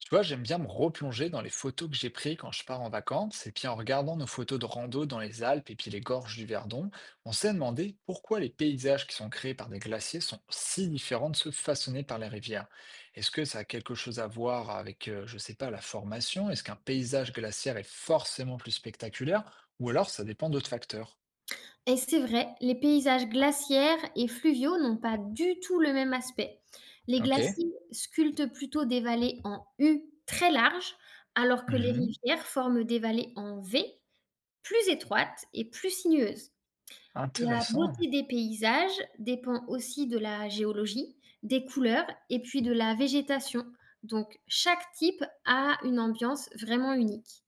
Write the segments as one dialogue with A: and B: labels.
A: Tu vois, j'aime bien me replonger dans les photos que j'ai prises quand je pars en vacances. Et puis en regardant nos photos de rando dans les Alpes et puis les gorges du Verdon, on s'est demandé pourquoi les paysages qui sont créés par des glaciers sont si différents de ceux façonnés par les rivières. Est-ce que ça a quelque chose à voir avec, je sais pas, la formation? Est-ce qu'un paysage glaciaire est forcément plus spectaculaire? Ou alors ça dépend d'autres facteurs?
B: Et c'est vrai, les paysages glaciaires et fluviaux n'ont pas du tout le même aspect. Les
A: Ok.
B: glaciers sculptent plutôt des vallées en U très larges, alors que les
A: Mhm.
B: rivières forment des vallées en V, plus étroites et plus sinueuses. La
A: Intéressant.
B: beauté des paysages dépend aussi de la géologie, des couleurs et puis de la végétation. Donc chaque type a une ambiance vraiment unique.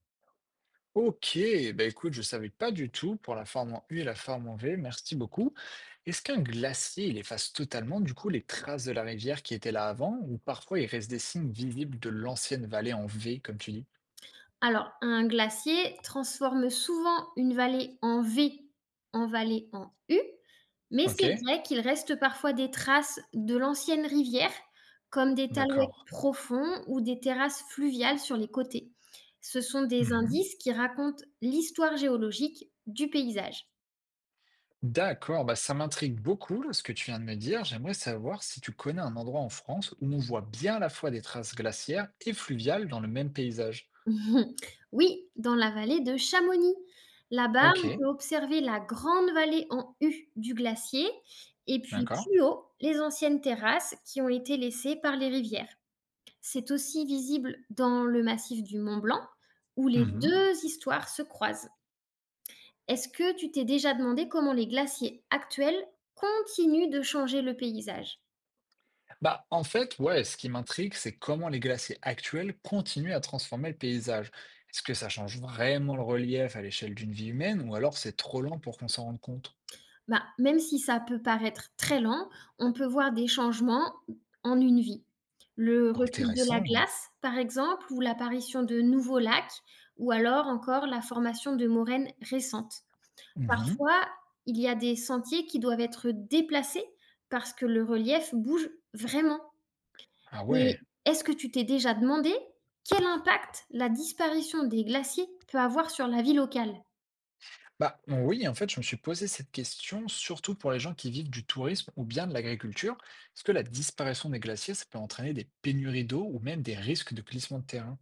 A: Ok, ben écoute, je savais pas du tout pour la forme en U et la forme en V, merci beaucoup. Est-ce qu'un glacier, il efface totalement du coup les traces de la rivière qui était là avant, ou parfois il reste des signes visibles de l'ancienne vallée en V, comme tu dis?
B: Alors, un glacier transforme souvent une vallée en V en vallée en U, mais
A: Ok,
B: c'est vrai qu'il reste parfois des traces de l'ancienne rivière, comme des talouettes
A: d'accord.
B: profonds ou des terrasses fluviales sur les côtés. Ce sont des
A: Mhm.
B: indices qui racontent l'histoire géologique du paysage.
A: D'accord, bah ça m'intrigue beaucoup là, ce que tu viens de me dire. J'aimerais savoir si tu connais un endroit en France où on voit bien à la fois des traces glaciaires et fluviales dans le même paysage.
B: Mhm. Oui, dans la vallée de Chamonix. Là-bas, ah,
A: Ok,
B: on peut observer la grande vallée en U du glacier et puis
A: d'accord.
B: plus haut, les anciennes terrasses qui ont été laissées par les rivières. C'est aussi visible dans le massif du Mont Blanc où les
A: Mhm.
B: deux histoires se croisent. Est-ce que tu t'es déjà demandé comment les glaciers actuels continuent de changer le paysage?
A: Bah, en fait, ouais, ce qui m'intrigue, c'est comment les glaciers actuels continuent à transformer le paysage. Est-ce que ça change vraiment le relief à l'échelle d'une vie humaine ou alors c'est trop lent pour qu'on s'en rende compte?
B: Bah, même si ça peut paraître très lent, on peut voir des changements en une vie. Le recul de la
A: Intéressant, hein.
B: glace, par exemple, ou l'apparition de nouveaux lacs, ou alors encore la formation de moraines récentes.
A: Mhm.
B: Parfois, il y a des sentiers qui doivent être déplacés parce que le relief bouge vraiment.
A: Ah
B: Et
A: ouais.
B: est-ce que tu t'es déjà demandé quel impact la disparition des glaciers peut avoir sur la vie locale?
A: Bah oui, en fait, je me suis posé cette question surtout pour les gens qui vivent du tourisme ou bien de l'agriculture. Est-ce que la disparition des glaciers, ça peut entraîner des pénuries d'eau ou même des risques de glissement de terrain?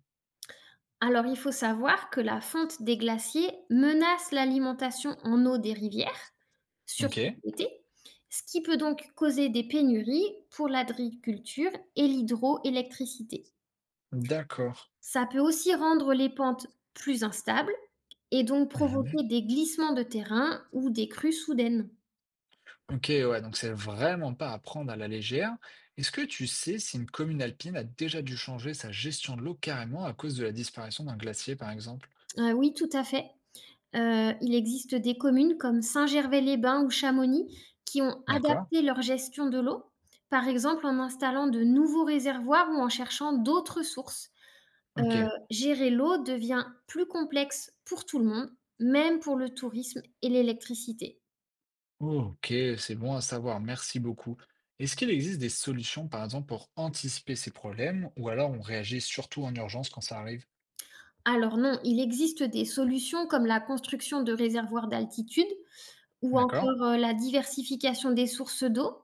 B: Alors, il faut savoir que la fonte des glaciers menace l'alimentation en eau des rivières,
A: Ok,
B: surtout l'été, ce qui peut donc causer des pénuries pour l'agriculture et l'hydroélectricité.
A: d'accord.
B: Ça peut aussi rendre les pentes plus instables et donc
A: Mhm.
B: provoquer des glissements de terrain ou des crues soudaines.
A: Ok, ouais, donc c'est vraiment pas à prendre à la légère. Est-ce que tu sais si une commune alpine a déjà dû changer sa gestion de l'eau carrément à cause de la disparition d'un glacier, par exemple?
B: Ah oui, tout à fait. Il existe des communes comme Saint-Gervais-les-Bains ou Chamonix qui ont
A: D'accord?
B: adapté leur gestion de l'eau, par exemple en installant de nouveaux réservoirs ou en cherchant d'autres sources.
A: Ok.
B: Heu, Gérer l'eau devient plus complexe pour tout le monde, même pour le tourisme et l'électricité.
A: Ok, c'est bon à savoir, merci beaucoup. Est-ce qu'il existe des solutions, par exemple, pour anticiper ces problèmes, ou alors on réagit surtout en urgence quand ça arrive?
B: Alors non, il existe des solutions comme la construction de réservoirs d'altitude ou
A: D'accord?
B: encore, la diversification des sources d'eau.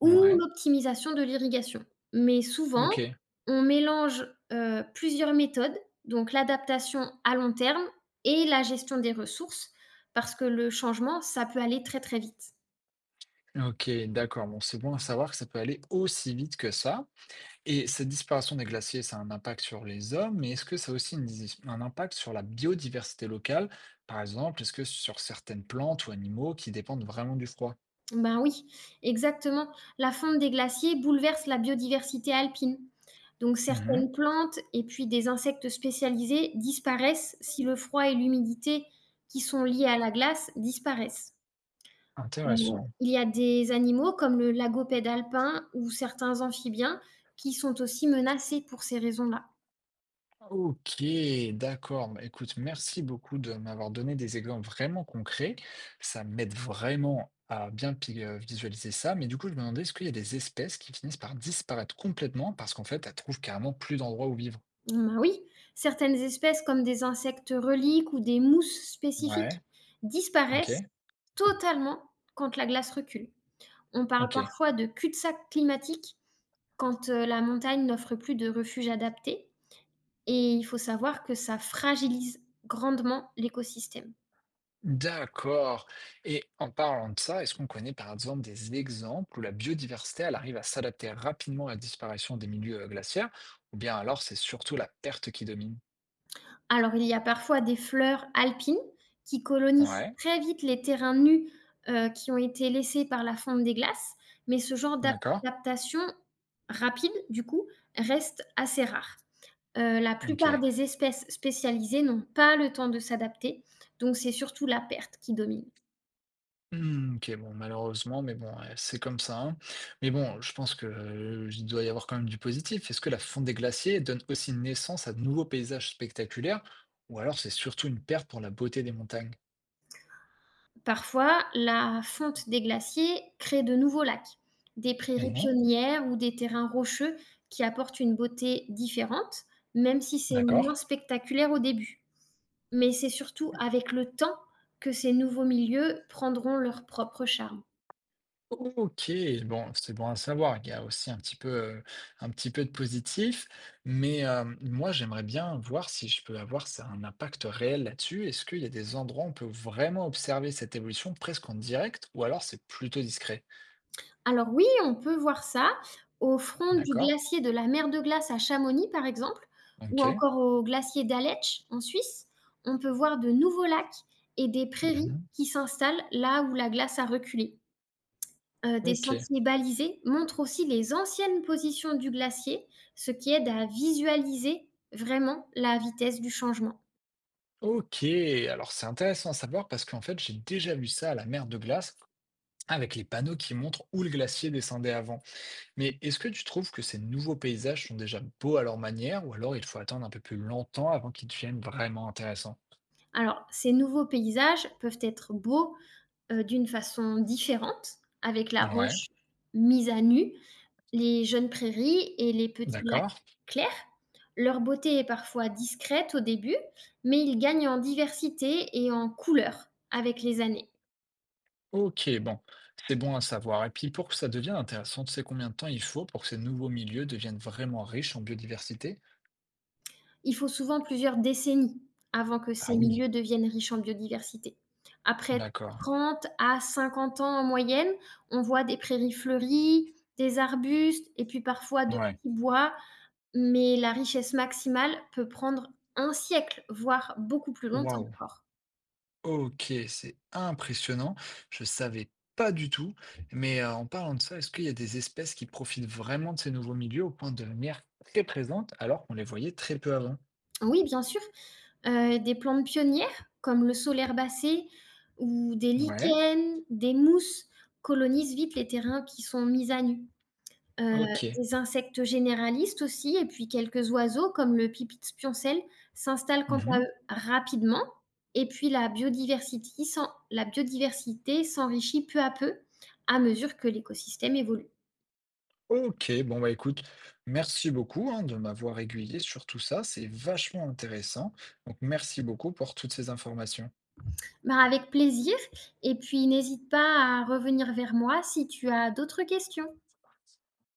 B: Ou
A: Ouais.
B: l'optimisation de l'irrigation. Mais souvent,
A: Ok.
B: on mélange, plusieurs méthodes, donc l'adaptation à long terme et la gestion des ressources, parce que le changement, ça peut aller très, très vite.
A: Ok, d'accord. Bon, c'est bon à savoir que ça peut aller aussi vite que ça. Et cette disparition des glaciers, ça a un impact sur les hommes, mais est-ce que ça a aussi un impact sur la biodiversité locale? Par exemple, est-ce que sur certaines plantes ou animaux qui dépendent vraiment du froid?
B: Ben, oui, exactement. La fonte des glaciers bouleverse la biodiversité alpine. Donc
A: Mhm.
B: certaines plantes et puis des insectes spécialisés disparaissent si le froid et l'humidité qui sont liés à la glace disparaissent. Heu,
A: Intéressant.
B: il y a des animaux comme le lagopède alpin ou certains amphibiens qui sont aussi menacés pour ces raisons-là.
A: Ok, d'accord. Bah, écoute, merci beaucoup de m'avoir donné des exemples vraiment concrets. Ça m'aide vraiment à bien visualiser ça. Mais du coup, je me demandais, est-ce qu'il y a des espèces qui finissent par disparaître complètement parce qu'en fait, elles trouvent carrément plus d'endroits où vivre?
B: Ben oui, certaines espèces comme des insectes reliques ou des mousses
A: Ouais,
B: spécifiques
A: ok,
B: disparaissent totalement quand la glace recule. On parle
A: ok.
B: parfois de cul-de-sac climatique quand, la montagne n'offre plus de refuge adapté et il faut savoir que ça fragilise grandement l'écosystème.
A: D'accord. Et en parlant de ça, est-ce qu'on connaît par exemple des exemples où la biodiversité, elle arrive à s'adapter rapidement à la disparition des milieux glaciaires, ou bien alors c'est surtout la perte qui domine?
B: Alors, il y a parfois des fleurs alpines qui colonisent
A: Ouais,
B: très vite les terrains nus, qui ont été laissés par la fonte des glaces, mais ce genre
A: d'accord.
B: d'adaptation rapide, du coup, reste assez rare. La
A: Ok.
B: plupart des espèces spécialisées n'ont pas le temps de s'adapter, donc c'est surtout la perte qui domine.
A: Hmm, ok, bon, malheureusement, mais bon, ouais, c'est comme ça, hein. Mais bon, je pense que il doit y avoir quand même du positif. Est-ce que la fonte des glaciers donne aussi naissance à de nouveaux paysages spectaculaires, ou alors c'est surtout une perte pour la beauté des montagnes?
B: Parfois, la fonte des glaciers crée de nouveaux lacs, des prairies
A: Mhm,
B: pionnières ou des terrains rocheux qui apportent une beauté différente, même si c'est moins
A: d'accord.
B: spectaculaire au début. Mais c'est surtout avec le temps que ces nouveaux milieux prendront leur propre charme.
A: Ok, bon, c'est bon à savoir. Il y a aussi un petit peu de positif, mais hem, moi, j'aimerais bien voir si je peux avoir ça un impact réel là-dessus. Est-ce qu'il y a des endroits où on peut vraiment observer cette évolution presque en direct ou alors c'est plutôt discret?
B: Alors oui, on peut voir ça au front du
A: D'accord.
B: glacier de la mer de glace à Chamonix, par exemple, ou
A: Ok.
B: encore au glacier d'Aletsch en Suisse. On peut voir de nouveaux lacs et des prairies
A: Mmh.
B: qui s'installent là où la glace a reculé. Des
A: Ok.
B: sentiers balisés montrent aussi les anciennes positions du glacier, ce qui aide à visualiser vraiment la vitesse du changement.
A: Ok, alors c'est intéressant à savoir parce qu'en fait, j'ai déjà vu ça à la mer de glace avec les panneaux qui montrent où le glacier descendait avant. Mais est-ce que tu trouves que ces nouveaux paysages sont déjà beaux à leur manière ou alors il faut attendre un peu plus longtemps avant qu'ils deviennent vraiment intéressants?
B: Alors, ces nouveaux paysages peuvent être beaux, d'une façon différente, avec la
A: Ouais,
B: roche mise à nu, les jeunes prairies et les petits lacs
A: d'accord.
B: clairs. Leur beauté est parfois discrète au début, mais ils gagnent en diversité et en couleur avec les années.
A: Ok, bon, c'est bon à savoir. Et puis pour que ça devienne intéressant, tu sais combien de temps il faut pour que ces nouveaux milieux deviennent vraiment riches en biodiversité?
B: Il faut souvent plusieurs décennies avant que
A: Ah
B: ces
A: oui,
B: milieux deviennent riches en biodiversité. Après
A: d'accord.
B: 30 à 50 ans en moyenne, on voit des prairies fleuries, des arbustes et puis parfois de
A: Ouais.
B: petits bois, mais la richesse maximale peut prendre un siècle, voire beaucoup plus longtemps
A: Waouh.
B: encore.
A: Ok, c'est impressionnant. Je savais pas du tout. Mais en parlant de ça, est-ce qu'il y a des espèces qui profitent vraiment de ces nouveaux milieux au point de devenir très présentes alors qu'on les voyait très peu avant?
B: Oui, bien sûr. Des plantes pionnières comme le saule herbacé ou des
A: Ouais,
B: lichens, des mousses colonisent vite les terrains qui sont mis à nu. Heu,
A: ok.
B: des insectes généralistes aussi et puis quelques oiseaux comme le pipit spioncelle s'installent quant à eux
A: Mhm.
B: rapidement et puis la biodiversité s'enrichit peu à peu à mesure que l'écosystème évolue.
A: Ok, bon bah écoute, merci beaucoup hein, de m'avoir aiguillé sur tout ça, c'est vachement intéressant. Donc merci beaucoup pour toutes ces informations.
B: Bah, avec plaisir et puis n'hésite pas à revenir vers moi si tu as d'autres questions.